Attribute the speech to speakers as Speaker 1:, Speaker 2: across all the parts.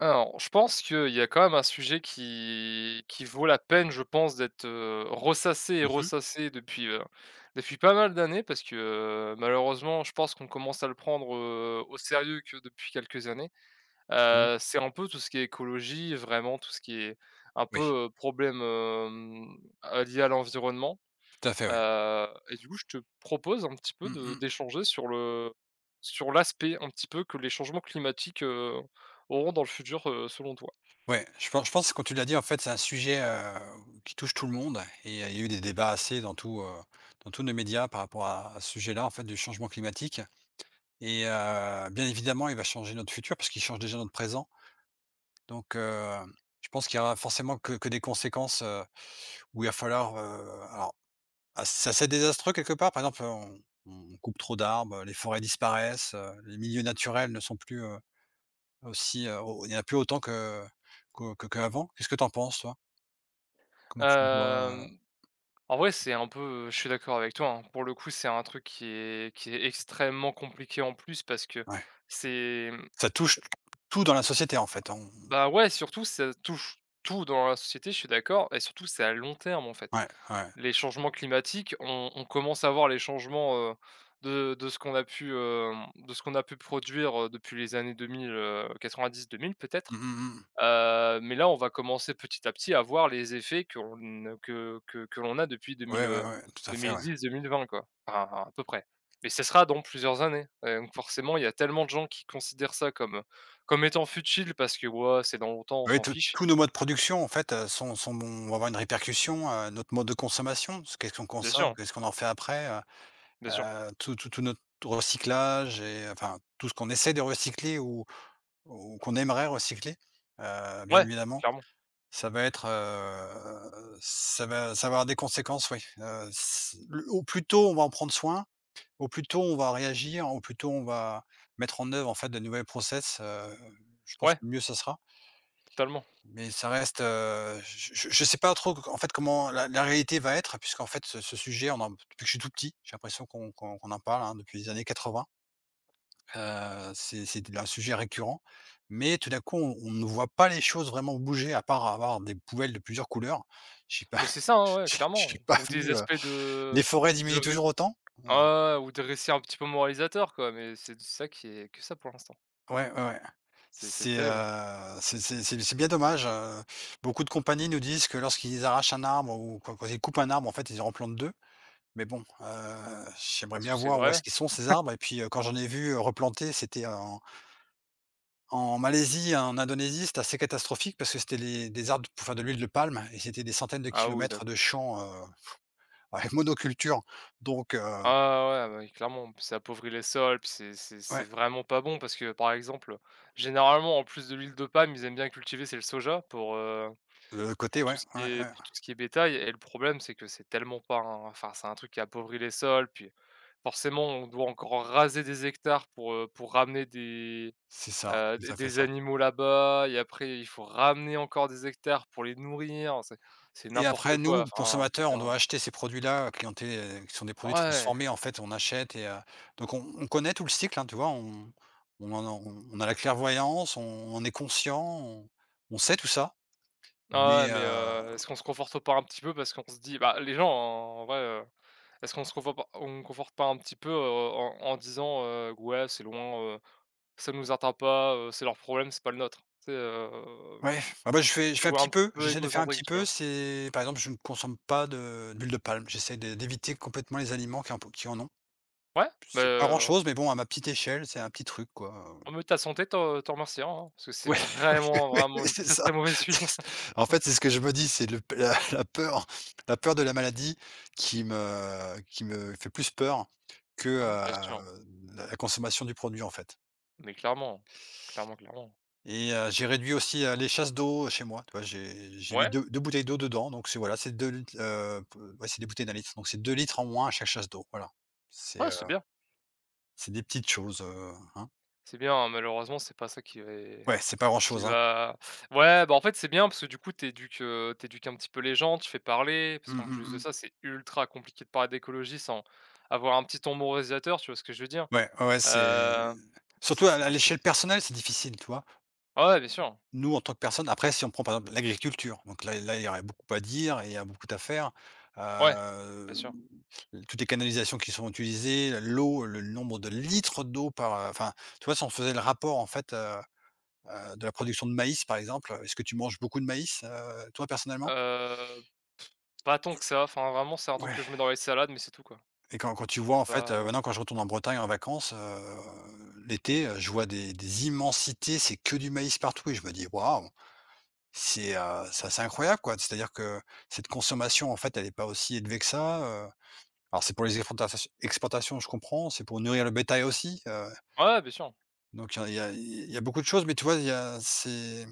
Speaker 1: Alors, je pense qu'il y a quand même un sujet qui vaut la peine, je pense, d'être, ressassé et
Speaker 2: Mmh mh.
Speaker 1: ressassé depuis, depuis pas mal d'années parce que, malheureusement, je pense qu'on commence à le prendre, au sérieux que depuis quelques années.
Speaker 2: Mmh.
Speaker 1: C'est un peu tout ce qui est écologie, vraiment tout ce qui est un
Speaker 2: Oui,
Speaker 1: peu, problème, lié à l'environnement.
Speaker 2: tout à fait, ouais.
Speaker 1: Et du coup, je te propose un petit peu
Speaker 2: Mmh
Speaker 1: de
Speaker 2: mh.
Speaker 1: d'échanger sur le sur l'aspect un petit peu que les changements climatiques, auront dans le futur, selon toi.
Speaker 2: Ouais, je pense que quand tu l'as dit, en fait, c'est un sujet, qui touche tout le monde et il y a eu des débats assez dans tous nos médias par rapport à ce sujet-là, en fait, du changement climatique et bien évidemment, il va changer notre futur parce qu'il change déjà notre présent. Donc je pense qu'il y aura forcément que des conséquences, où il va falloir, alors ah, c'est assez désastreux quelque part. Par exemple, on coupe trop d'arbres, les forêts disparaissent, les milieux naturels ne sont plus, aussi, au il n'y en a plus autant que qu'au que qu'avant. Qu'est-ce que tu en penses, toi? Comment tu vois?
Speaker 1: Hem, En vrai, c'est un peu, je suis d'accord avec toi, hein. Pour le coup, c'est un truc qui est extrêmement compliqué en plus parce que
Speaker 2: Ouais.
Speaker 1: c'est,
Speaker 2: Ça touche tout dans la société, en fait, hein. On
Speaker 1: bah, ouais, surtout ça touche tout dans la société, je suis d'accord et surtout c'est à long terme, en fait.
Speaker 2: ouais, ouais.
Speaker 1: Les changements climatiques, on commence à voir les changements, de ce qu'on a pu, hem, de ce qu'on a pu produire, depuis les années deux mille quatre-vingt-dix, deux mille peut-être.
Speaker 2: Mmh mh, mmh.
Speaker 1: Mais là, on va commencer petit à petit à voir les effets qu'on que l'on a depuis deux
Speaker 2: Ouais, ouais,
Speaker 1: deux
Speaker 2: ouais, tout à
Speaker 1: mille
Speaker 2: fait,
Speaker 1: mille dix
Speaker 2: ouais.
Speaker 1: deux mille vingt quoi, enfin à peu près. Mais ce sera dans plusieurs années, donc forcément, il y a tellement de gens qui considèrent ça comme, comme étant futile parce que: ouais, c'est dans longtemps, on
Speaker 2: Oui,
Speaker 1: s'en
Speaker 2: tous
Speaker 1: fiche».
Speaker 2: tous nos modes de production, en fait, sont sont vont avoir une répercussion, notre mode de consommation, ce qu'est-ce qu'on
Speaker 1: Bien sûr,
Speaker 2: consomme,
Speaker 1: hein,
Speaker 2: qu'est-ce qu'on en fait après,
Speaker 1: bien sûr.
Speaker 2: tout notre recyclage et enfin, tout ce qu'on essaie de recycler ou qu'on aimerait recycler, bien
Speaker 1: Ouais,
Speaker 2: évidemment.
Speaker 1: clairement.
Speaker 2: Ça va être, ça va avoir des conséquences, oui. S le Au plus tôt on va en prendre soin, au plus tôt on va réagir, au plus tôt on va mettre en œuvre, en fait, de nouvelles process, je pense que
Speaker 1: Ouais,
Speaker 2: le mieux ça sera.
Speaker 1: totalement.
Speaker 2: Mais ça reste, je ne sais pas trop, en fait, comment la réalité va être, puisqu'en fait ce sujet on en depuis que je suis tout petit, j'ai l'impression qu'on en parle, hein, depuis les années 80. C'est un sujet récurrent, mais tout d'un coup, on ne voit pas les choses vraiment bouger, à part avoir des poubelles de plusieurs couleurs. Je sais pas.
Speaker 1: Mais c'est ça, hein, ouais,
Speaker 2: Je
Speaker 1: clairement.
Speaker 2: sais pas
Speaker 1: Ou des
Speaker 2: venu
Speaker 1: aspects
Speaker 2: les forêts
Speaker 1: de
Speaker 2: diminuent
Speaker 1: ré
Speaker 2: toujours autant? Heu,
Speaker 1: ah ouais, ou des récits un petit peu moralisateurs quoi, mais c'est ça qui est que ça pour l'instant.
Speaker 2: ouais, ouais, ouais.
Speaker 1: C'est
Speaker 2: C'est,
Speaker 1: terrible, hein,
Speaker 2: heu, c'est c'est c'est c'est bien dommage, beaucoup de compagnies nous disent que lorsqu'ils arrachent un arbre ou quand ils coupent un arbre, en fait, ils en replantent 2. Mais bon, j'aimerais
Speaker 1: parce
Speaker 2: bien
Speaker 1: que c'est
Speaker 2: voir où est-ce
Speaker 1: vrai
Speaker 2: qu'ils sont ces arbres, et puis, quand j'en ai vu replanter, c'était en Malaisie, en Indonésie, c'était assez catastrophique parce que c'était les des arbres pour faire de l'huile de palme, et c'était des centaines de
Speaker 1: ah oui,
Speaker 2: kilomètres de champs, avec monoculture. Donc
Speaker 1: ah ouais, ouais, clairement, puis ça appauvrit les sols, puis c'est
Speaker 2: ouais,
Speaker 1: vraiment pas bon parce que, par exemple, généralement, en plus de l'huile de palme, ils aiment bien cultiver, c'est le soja
Speaker 2: le côté,
Speaker 1: pour tout
Speaker 2: ouais,
Speaker 1: ce
Speaker 2: ouais,
Speaker 1: qui est
Speaker 2: ouais,
Speaker 1: pour tout ce qui est bétail et le problème, c'est que c'est tellement pas un enfin, c'est un truc qui appauvrit les sols, puis forcément, on doit encore raser des hectares pour ramener
Speaker 2: c'est ça, ça fait
Speaker 1: des
Speaker 2: ça.
Speaker 1: animaux là-bas et après il faut ramener encore des hectares pour les nourrir, c'est
Speaker 2: Et
Speaker 1: n'importe
Speaker 2: après
Speaker 1: quoi,
Speaker 2: nous,
Speaker 1: enfin, ça
Speaker 2: consommateurs, on
Speaker 1: devient
Speaker 2: doit acheter ces produits-là qui ont été qui sont des produits
Speaker 1: ouais!
Speaker 2: transformés, en fait, on achète, et donc on connaît tout le cycle, hein, tu vois? On a la clairvoyance, on est conscient, on sait tout ça
Speaker 1: Ah ouais,
Speaker 2: mais heu
Speaker 1: mais est-ce qu'on se conforte pas un petit peu parce qu'on se dit bah, les gens en vrai, est-ce qu'on se conforte pas on conforte pas un petit peu, en disant, «Ouais, c'est loin, ça nous atteint pas, c'est leur problème, c'est pas le nôtre». C'est sais,
Speaker 2: Ouais, ah bah, je fais un
Speaker 1: jouer un
Speaker 2: petit
Speaker 1: petit
Speaker 2: peu,
Speaker 1: peu
Speaker 2: j'essaie de faire un
Speaker 1: égocentrique,
Speaker 2: petit
Speaker 1: tu
Speaker 2: peu,
Speaker 1: vois?
Speaker 2: c'est par exemple, je ne consomme pas de d'huile de palme, j'essaie d'éviter complètement les aliments qui en ont.
Speaker 1: Ouais, mais
Speaker 2: C'est pas grand-chose, mais bon, à ma petite échelle, c'est un petit truc, quoi,
Speaker 1: ah
Speaker 2: heu.
Speaker 1: mais ta santé t'en remerciera, hein, hein, parce que c'est
Speaker 2: Ouais, oui,
Speaker 1: vraiment,
Speaker 2: oui, oui,
Speaker 1: vraiment une
Speaker 2: c'est
Speaker 1: très,
Speaker 2: ça.
Speaker 1: très mauvaise huile.
Speaker 2: C'est en fait, c'est ce que je me dis, c'est le la la peur de la maladie qui me fait plus peur que,
Speaker 1: Ah mais bien sûr,
Speaker 2: la consommation du produit, en fait.
Speaker 1: mais clairement, clairement, clairement.
Speaker 2: Et j'ai réduit aussi, les chasses d'eau chez moi, tu vois? J'ai mis
Speaker 1: Ouais,
Speaker 2: deux 2 bouteilles d'eau dedans, donc c'est voilà, c'est 2 litres, p ouais, c'est des bouteilles d'un litre, donc c'est 2 litres en moins à chaque chasse d'eau, voilà. C'est,
Speaker 1: ouais,
Speaker 2: heu,
Speaker 1: c'est bien.
Speaker 2: c'est des petites choses, hein.
Speaker 1: C'est bien, hein, malheureusement, c'est pas ça qui est
Speaker 2: Ouais, c'est pas grand
Speaker 1: qui
Speaker 2: chose, hein.
Speaker 1: va ouais, bah, en fait, c'est bien parce que du coup, t'éduques, éduques, un petit peu les gens, tu fais parler parce
Speaker 2: Mmh,
Speaker 1: qu'en
Speaker 2: mmh
Speaker 1: plus de
Speaker 2: mh.
Speaker 1: ça, c'est ultra compliqué de parler d'écologie sans avoir un petit ton moralisateur, tu vois ce que je veux dire?
Speaker 2: Ouais, ouais, ouais, c'est
Speaker 1: Heu, c'est
Speaker 2: surtout
Speaker 1: c'est
Speaker 2: à l'échelle
Speaker 1: impossible.
Speaker 2: personnelle, c'est difficile, tu vois?
Speaker 1: Ah ouais, bien sûr,
Speaker 2: Nous, en tant que personne, après, si on prend par exemple l'agriculture, donc là, il y aurait beaucoup à dire et il y a beaucoup à faire.
Speaker 1: ouais, bien
Speaker 2: Heu,
Speaker 1: sûr.
Speaker 2: Toutes les canalisations qui sont utilisées, l'eau, le nombre de litres d'eau par, enfin, tu vois? Si on faisait le rapport, en fait, de la production de maïs par exemple, est-ce que tu manges beaucoup de maïs, toi personnellement?
Speaker 1: Heu, Pas tant que ça, enfin, vraiment, c'est un truc
Speaker 2: Ouais.
Speaker 1: que je mets dans les salades, mais c'est tout, quoi.
Speaker 2: Et quand tu vois,
Speaker 1: C'est
Speaker 2: en fait,
Speaker 1: pas
Speaker 2: maintenant quand je retourne en Bretagne en vacances, l'été, je vois des immensités, c'est que du maïs partout, et je me dis: «Waouh!» C'est assez incroyable, quoi. C'est-à-dire que cette consommation, en fait, elle n'est pas aussi élevée que ça, heu. Alors c'est pour les exportations, je comprends, c'est pour nourrir le bétail aussi,
Speaker 1: ouais, bien sûr.
Speaker 2: donc il y a il y a il y a beaucoup de choses, mais tu vois, il y a c'est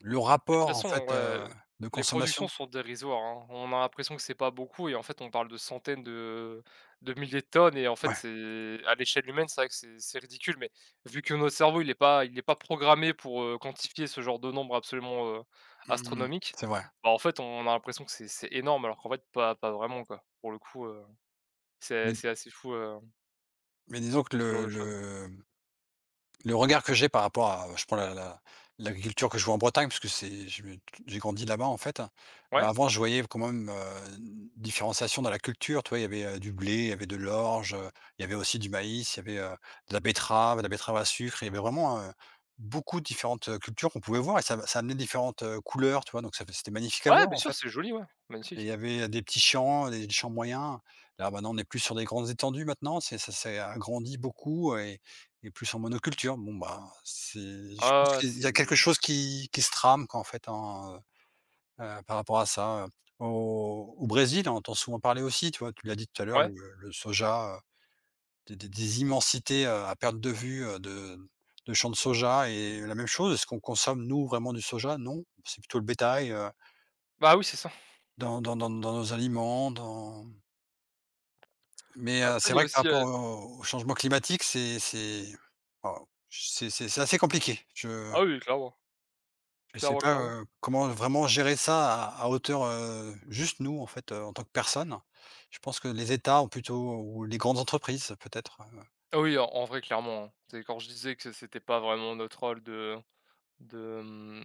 Speaker 2: le
Speaker 1: Mais de toute
Speaker 2: rapport, en
Speaker 1: façon,
Speaker 2: fait,
Speaker 1: ouais,
Speaker 2: de
Speaker 1: les productions
Speaker 2: consommation.
Speaker 1: sont dérisoires, hein. On a l'impression que c'est pas beaucoup et en fait, on parle de centaines de milliers de tonnes et en fait,
Speaker 2: Ouais.
Speaker 1: c'est à l'échelle humaine, c'est vrai que c'est ridicule, mais vu que notre cerveau, il est pas programmé pour, quantifier ce genre de nombre absolument,
Speaker 2: Mmh.
Speaker 1: astronomique,
Speaker 2: C'est vrai.
Speaker 1: bah, en fait, on a l'impression que c'est énorme alors qu'en fait, pas pas vraiment, quoi. Pour le coup, c'est
Speaker 2: Mais
Speaker 1: c'est assez fou,
Speaker 2: disons que
Speaker 1: ce genre de choses.
Speaker 2: le regard que j'ai par rapport à, je prends la la l'agriculture que je vois en Bretagne, parce que c'est je me j'ai grandi là-bas, en fait.
Speaker 1: Ouais,
Speaker 2: Avant, je voyais quand même, une différenciation dans la culture, tu vois? Il y avait, du blé, il y avait de l'orge, il y avait aussi du maïs, il y avait, de la betterave à sucre. Il y avait vraiment, beaucoup de différentes, cultures qu'on pouvait voir, et ça amenait différentes, couleurs, tu vois? Donc ça fait c'était magnifique à
Speaker 1: ouais,
Speaker 2: voir,
Speaker 1: bien
Speaker 2: en
Speaker 1: sûr,
Speaker 2: fait.
Speaker 1: c'est joli, ouais,
Speaker 2: Et il
Speaker 1: magnifique.
Speaker 2: y avait des petits champs, des champs moyens. Là, maintenant, on est plus sur des grandes étendues maintenant, c'est ça s'est agrandi beaucoup, et plus en monoculture. Bon, bah, c'est je pense
Speaker 1: Ah ouais,
Speaker 2: qu'il y
Speaker 1: c'est
Speaker 2: a quelque chose qui se trame, quoi, en fait, par rapport à ça. Au Brésil, on entend souvent parler aussi, tu vois? Tu l'as dit tout à l'heure, le
Speaker 1: ouais,
Speaker 2: le soja, des immensités, à perte de vue, de champs de soja, et la même chose, est-ce qu'on consomme nous vraiment du soja? Non, c'est plutôt le bétail,
Speaker 1: bah, oui, c'est ça.
Speaker 2: dans dans nos aliments, dans. Mais
Speaker 1: Après,
Speaker 2: c'est
Speaker 1: il y a
Speaker 2: vrai que par
Speaker 1: aussi,
Speaker 2: rapport au changement climatique, c'est, waouh, c'est assez compliqué.
Speaker 1: ah oui, clairement.
Speaker 2: Je sais
Speaker 1: Clairement,
Speaker 2: pas,
Speaker 1: clairement.
Speaker 2: comment vraiment gérer ça à hauteur, juste nous, en fait, en tant que personne. Je pense que les États ont plutôt, ou les grandes entreprises peut-être,
Speaker 1: Ah oui, en vrai, clairement, hein. C'est quand je disais que c'était pas vraiment notre rôle de,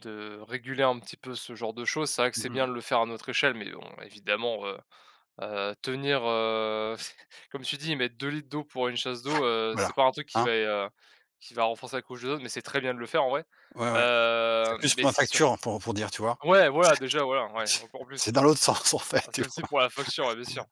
Speaker 1: de réguler un petit peu ce genre de choses, c'est vrai que c'est
Speaker 2: mmh
Speaker 1: bien
Speaker 2: mh,
Speaker 1: de le faire à notre échelle, mais bon, évidemment, tenir, comme tu dis, mettre 2 litres d'eau pour une chasse d'eau, c'est
Speaker 2: voilà,
Speaker 1: pas un truc
Speaker 2: hein?
Speaker 1: qui va renforcer la couche de zone. Mais c'est très bien de le faire en vrai.
Speaker 2: Ouais, ouais, c'est plus
Speaker 1: Mais
Speaker 2: pour ma
Speaker 1: c'est sûr.
Speaker 2: facture, hein, pour dire, tu vois?
Speaker 1: Ouais, voilà, déjà, voilà, ouais, encore
Speaker 2: C'est
Speaker 1: plus.
Speaker 2: dans l'autre sens, en
Speaker 1: Ah,
Speaker 2: fait,
Speaker 1: c'est
Speaker 2: tu
Speaker 1: aussi
Speaker 2: vois?
Speaker 1: pour la facture, ouais, bien sûr.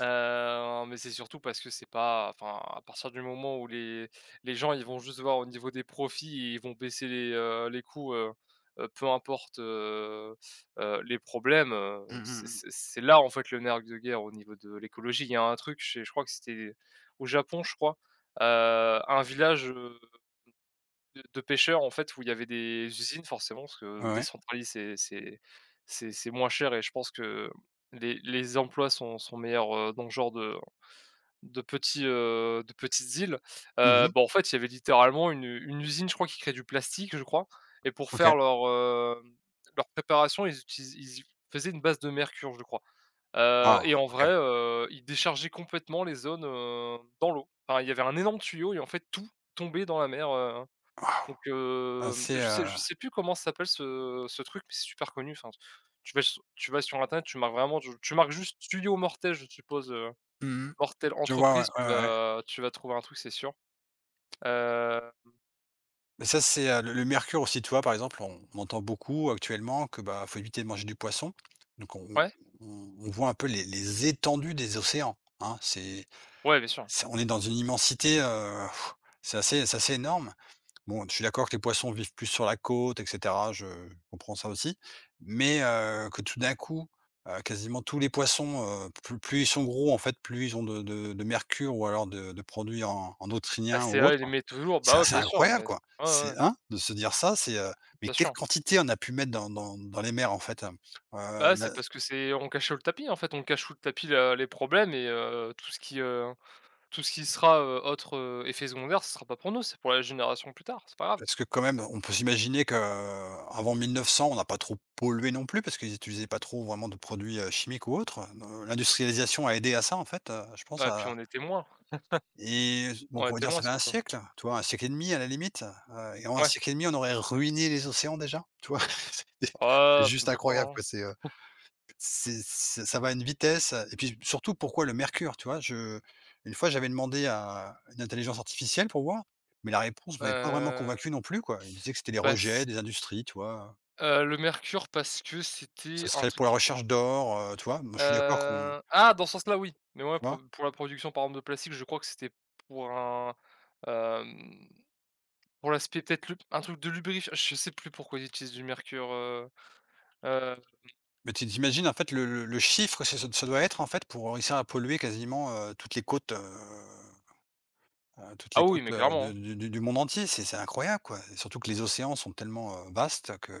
Speaker 1: Mais c'est surtout parce que c'est pas enfin, à partir du moment où les gens, ils vont juste voir au niveau des profits et ils vont baisser les coûts, peu importe, les problèmes,
Speaker 2: Mmh mh
Speaker 1: c'est
Speaker 2: mh.
Speaker 1: c'est c'est là, en fait, le nerf de guerre au niveau de l'écologie. Il y a un truc, je sais je crois que c'était au Japon, je crois, un village, de pêcheurs, en fait, où il y avait des usines forcément parce
Speaker 2: Ouais,
Speaker 1: que
Speaker 2: ouais.
Speaker 1: décentraliser, c'est moins cher et je pense que les emplois sont meilleurs, dans ce genre de petits, de petites îles,
Speaker 2: Mmh
Speaker 1: bah,
Speaker 2: mh.
Speaker 1: en fait, il y avait littéralement une usine, je crois, qui crée du plastique, je crois et pour faire
Speaker 2: OK.
Speaker 1: leur, hem, leur préparation, ils utilisent ils faisaient une base de mercure, je crois,
Speaker 2: Waouh!
Speaker 1: et en vrai,
Speaker 2: OK.
Speaker 1: ils déchargeaient complètement les zones, dans l'eau. Enfin, il y avait un énorme tuyau et en fait, tout tombait dans la mer,
Speaker 2: Waouh!
Speaker 1: donc
Speaker 2: Assez
Speaker 1: je sais plus comment ça s'appelle ce ce truc, mais c'est super connu. Enfin, tu vas s tu vas sur internet, tu marques vraiment, tu marques juste «tuyau mortel», je suppose.
Speaker 2: mmh mh.
Speaker 1: Mortelle
Speaker 2: Je vois,
Speaker 1: entreprise,
Speaker 2: ouais, ouais, ouais.
Speaker 1: tu vas trouver un truc, c'est sûr. Heu,
Speaker 2: Mais ça, c'est, le mercure aussi, tu vois? Par exemple, on entend beaucoup actuellement que, bah, faut éviter de manger du poisson. Donc on
Speaker 1: ouais,
Speaker 2: on on on voit un peu les étendues des océans, hein.
Speaker 1: ouais, bien sûr.
Speaker 2: C'est on est dans une immensité, c'est assez, énorme. Bon, je suis d'accord que les poissons vivent plus sur la côte, et cetera, je comprends ça aussi, mais que tout d'un coup, quasiment tous les poissons, plus ils sont gros, en fait, plus ils ont de mercure, ou alors de produits en neutriniens ou
Speaker 1: ACA,
Speaker 2: autres.
Speaker 1: il aimait toujours,
Speaker 2: C'est
Speaker 1: bah, ouais,
Speaker 2: assez
Speaker 1: bien sûr, mais
Speaker 2: incroyable,
Speaker 1: ouais,
Speaker 2: quoi.
Speaker 1: ouais,
Speaker 2: C'est,
Speaker 1: ouais,
Speaker 2: hein? De se dire ça, c'est, mais
Speaker 1: bien
Speaker 2: quelle
Speaker 1: sûr.
Speaker 2: quantité on a pu mettre dans dans les mers, en fait, hem,
Speaker 1: Bah, ouais, c'est parce que c'est on cache sous le tapis, en fait, on cache sous le tapis la les problèmes et tout ce qui sera, autre, effet secondaire, ce sera pas pour nous, c'est pour la génération plus tard, c'est pas grave.
Speaker 2: Parce que quand même, on peut s'imaginer qu'avant 1900, on n'a pas trop pollué non plus, parce qu'ils n'utilisaient pas trop vraiment de produits, chimiques ou autres. L'industrialisation a aidé à ça, en fait, je pense
Speaker 1: Ah, puis
Speaker 2: à
Speaker 1: on est témoin.
Speaker 2: et
Speaker 1: On
Speaker 2: donc
Speaker 1: est
Speaker 2: on va dire
Speaker 1: témoin,
Speaker 2: ça fait un
Speaker 1: surtout.
Speaker 2: siècle, tu vois? un siècle et demi à la limite, et en un
Speaker 1: Ouais.
Speaker 2: siècle et demi, on aurait ruiné les océans déjà, tu vois? C'est c'est
Speaker 1: Oh, ça me
Speaker 2: juste
Speaker 1: choque pas,
Speaker 2: incroyable,
Speaker 1: hein.
Speaker 2: quoi, c'est ça, ça va à une vitesse, et puis surtout pourquoi le mercure, tu vois? Je Une fois j'avais demandé à une intelligence artificielle pour voir, mais la réponse m'avait pas vraiment
Speaker 1: Heu,
Speaker 2: convaincu non plus, quoi. Il disait que c'était les
Speaker 1: parce
Speaker 2: rejets des industries, tu vois?
Speaker 1: le mercure parce que c'était
Speaker 2: Ça
Speaker 1: un
Speaker 2: serait pour la
Speaker 1: truc.
Speaker 2: recherche d'or, tu vois? Moi je suis d'accord qu'on,
Speaker 1: Ah, dans ce sens-là, oui, mais ouais,
Speaker 2: tu vois?
Speaker 1: pour la production, par exemple, de plastique, je crois que c'était pour un, hem, pour l'aspect peut-être lub un truc de lubrifiant, je sais plus pourquoi ils utilisent du mercure, heu,
Speaker 2: Mais tu tu en fait, le chiffre que ça doit être, en fait, pour réussir à polluer quasiment, toutes
Speaker 1: ah
Speaker 2: les
Speaker 1: oui,
Speaker 2: côtes,
Speaker 1: mais clairement,
Speaker 2: de
Speaker 1: hein.
Speaker 2: du monde entier. C'est incroyable, quoi, et surtout que les océans sont tellement, vastes que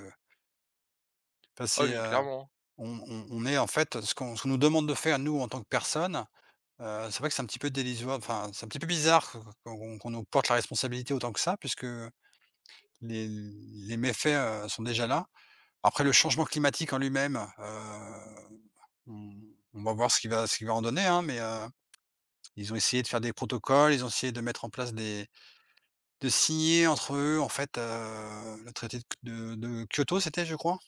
Speaker 2: enfin
Speaker 1: Ah oui,
Speaker 2: c'est,
Speaker 1: mais
Speaker 2: heu
Speaker 1: clairement, hein.
Speaker 2: on est en fait, ce qu'on nous demande de faire nous en tant que personne, c'est vrai que c'est un petit peu délisoire, enfin c'est un petit peu bizarre que qu'on nous porte la responsabilité autant que ça, puisque les méfaits, sont déjà là. Après, le changement climatique en lui-même, on on va voir ce qu'il va en donner, hein, mais ils ont essayé de faire des protocoles, ils ont essayé de mettre en place des, de signer entre eux en fait, le traité de Kyoto, c'était, je crois?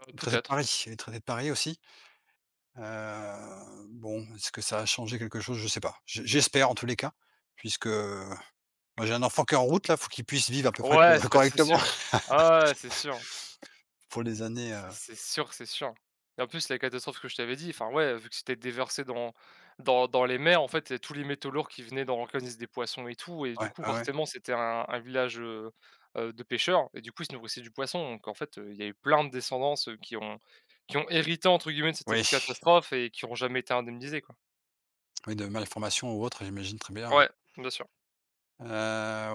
Speaker 2: Le traité de
Speaker 1: Peut-être.
Speaker 2: Paris, il le traité de Paris aussi. Bon, est-ce que ça a changé quelque chose? Je sais pas. J'espère, en tous les cas, puisque, euh, moi j'ai un enfant qui est en route là, faut qu'il puisse vivre à peu près
Speaker 1: Ouais,
Speaker 2: co
Speaker 1: c'est bah, c'est
Speaker 2: correctement
Speaker 1: sûr. Ah ouais, c'est sûr.
Speaker 2: pour les années,
Speaker 1: C'est sûr, c'est sûr. Et en plus, la catastrophe que je t'avais dit, enfin ouais, vu que c'était déversé dans dans les mers, en fait, il y a tous les métaux lourds qui venaient dans l'organisme des poissons et tout et du
Speaker 2: ouais,
Speaker 1: coup,
Speaker 2: ouais, ouais.
Speaker 1: forcément, c'était un village, de pêcheurs et du coup, ils se nourrissaient du poisson donc en fait, il y a eu plein de descendances, qui ont «hérité» entre guillemets de
Speaker 2: Oui,
Speaker 1: cette catastrophe et qui ont jamais été indemnisées, quoi.
Speaker 2: oui, de malformation ou autre, j'imagine très bien, ouais.
Speaker 1: Ouais, bien sûr.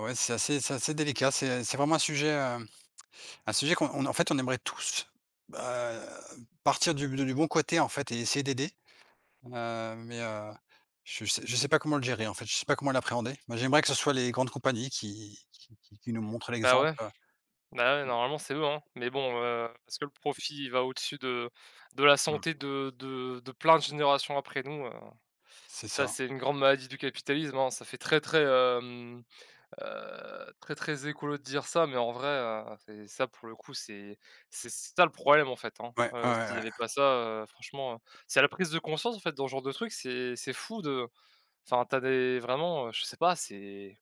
Speaker 2: Ouais, c'est assez, c'est assez délicat. C'est vraiment un sujet qu'on, on en fait, on aimerait tous, bah, partir du bon côté en fait et essayer d'aider. Heu, mais heu, je sais, je sais pas comment le gérer en fait, je sais pas comment l'appréhender. Moi, j'aimerais que ce soit les grandes compagnies qui qui nous montrent
Speaker 1: Bah
Speaker 2: l'exemple,
Speaker 1: ouais, bah ouais, normalement, c'est eux, hein, mais bon, est-ce que le profit, il va au-dessus de de la
Speaker 2: Mmh.
Speaker 1: santé de de de plein de générations après nous, heu.
Speaker 2: C'est
Speaker 1: Ça,
Speaker 2: ça.
Speaker 1: c'est une grande maladie du capitalisme, hein. Ça fait très, très, très, très écolo de dire ça, mais en vrai, c'est ça pour le coup, c'est ça le problème, en fait, hein.
Speaker 2: Ouais, ouais, ouais,
Speaker 1: S'il y
Speaker 2: ouais.
Speaker 1: avait pas ça, franchement, c'est la prise de conscience, en fait, dans ce genre de truc, c'est fou de enfin, t'as des vraiment, je sais pas, c'est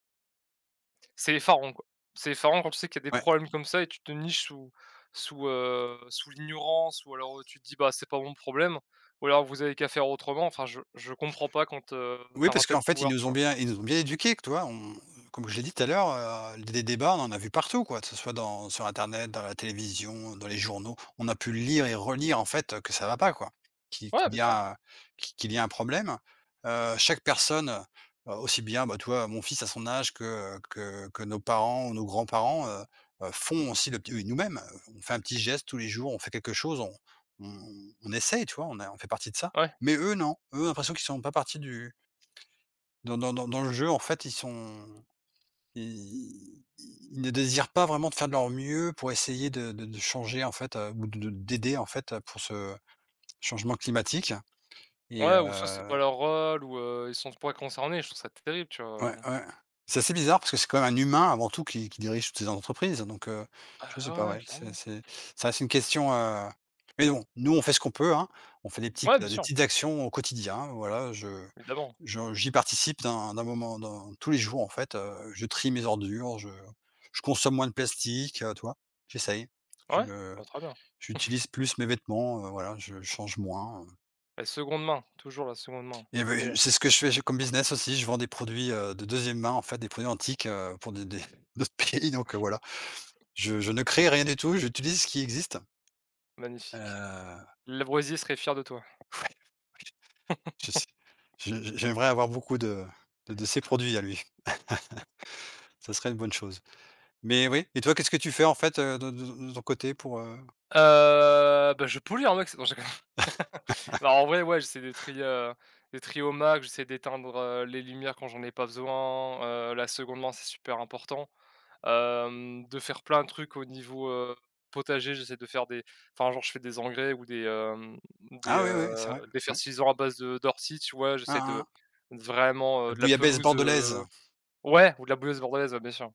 Speaker 1: c'est effarant, quoi. C'est effarant quand tu sais qu'il y a des
Speaker 2: Ouais.
Speaker 1: problèmes comme ça et tu te niches sous sous, sous l'ignorance ou alors, tu te dis: «Bah, c'est pas mon problème» ou alors: «Vous avez qu'à faire autrement». Enfin, je comprends pas quand, tu
Speaker 2: Oui,
Speaker 1: un
Speaker 2: parce
Speaker 1: tel
Speaker 2: qu'en fait, ils
Speaker 1: pouvoir,
Speaker 2: nous ont bien, ils nous ont bien éduqués, que tu On comme je l'ai dit tout à l'heure. Des débats, on en a vu partout, quoi, que ce soit dans sur internet, dans la télévision, dans les journaux. On a pu lire et relire, en fait, que ça va pas, quoi, qu'il
Speaker 1: ouais,
Speaker 2: qu'il
Speaker 1: bien
Speaker 2: y
Speaker 1: sûr.
Speaker 2: a qu'il y a un problème. Chaque personne, aussi bien, bah, tu vois, mon fils à son âge, que nos parents ou nos grands-parents, font aussi le petit, oui, nous-mêmes, on fait un petit geste tous les jours, on fait quelque chose, on on on essaye, tu vois? On fait partie de ça.
Speaker 1: Ouais.
Speaker 2: Mais eux, non, eux ont l'impression qu'ils sont pas partie du, dans le jeu, en fait, ils sont, ils ils ne désirent pas vraiment de faire de leur mieux pour essayer de changer, en fait, ou de d'aider, en fait, pour ce changement climatique et
Speaker 1: Ouais, ou soit c'est pas
Speaker 2: heu
Speaker 1: leur rôle ou, ils sont pas concernés, je trouve ça terrible, tu vois?
Speaker 2: Ouais, ouais. C'est assez bizarre parce que c'est quand même un humain avant tout qui dirige toutes ces entreprises, donc je sais pas,
Speaker 1: Ah ouais,
Speaker 2: ouais, c'est
Speaker 1: clairement.
Speaker 2: c'est ça reste une question, mais bon, nous on fait ce qu'on peut, hein. On fait des petites,
Speaker 1: Ouais, bien
Speaker 2: des
Speaker 1: sûr,
Speaker 2: petites actions au quotidien, voilà,
Speaker 1: évidemment.
Speaker 2: je j'y participe d'un moment dans tous les jours en fait, je trie mes ordures, je consomme moins de plastique, tu vois? J'essaye. Je
Speaker 1: Ouais, bah, très bien.
Speaker 2: J'utilise plus mes vêtements, voilà, je change moins,
Speaker 1: La seconde main, toujours la seconde main,
Speaker 2: et beh,
Speaker 1: meilleur
Speaker 2: c'est ce que je fais, j'ai comme business aussi, je vends des produits, de deuxième main, en fait, des produits antiques, pour des d'autres pays, donc voilà. Je ne crée rien du tout, j'utilise ce qui existe.
Speaker 1: magnifique.
Speaker 2: Ouais,
Speaker 1: Lavoisier serait fier de toi.
Speaker 2: je sais je j'aimerais avoir beaucoup de ses produits à lui, ça serait une bonne chose. Mais oui, et toi, qu'est-ce que tu fais, en fait, de de ton côté pour,
Speaker 1: Bah, je pollue un max non, je non, en vrai, ouais, j'essaie de trier au max, j'essaie d'éteindre, les lumières quand j'en ai pas besoin, la seconde main, c'est super important. De faire plein de trucs au niveau, potager, j'essaie de faire des enfin, genre, je fais des engrais ou des,
Speaker 2: ah oui, oui, c'est vrai,
Speaker 1: des
Speaker 2: ouais.
Speaker 1: fertilisants à base de d'ortie, tu vois? J'essaie
Speaker 2: Hein, hein.
Speaker 1: de vraiment, de la
Speaker 2: Bouillabaisse
Speaker 1: pelouse,
Speaker 2: bordelaise.
Speaker 1: ouais, ou de la bouleuse bordelaise, ouais, bien sûr.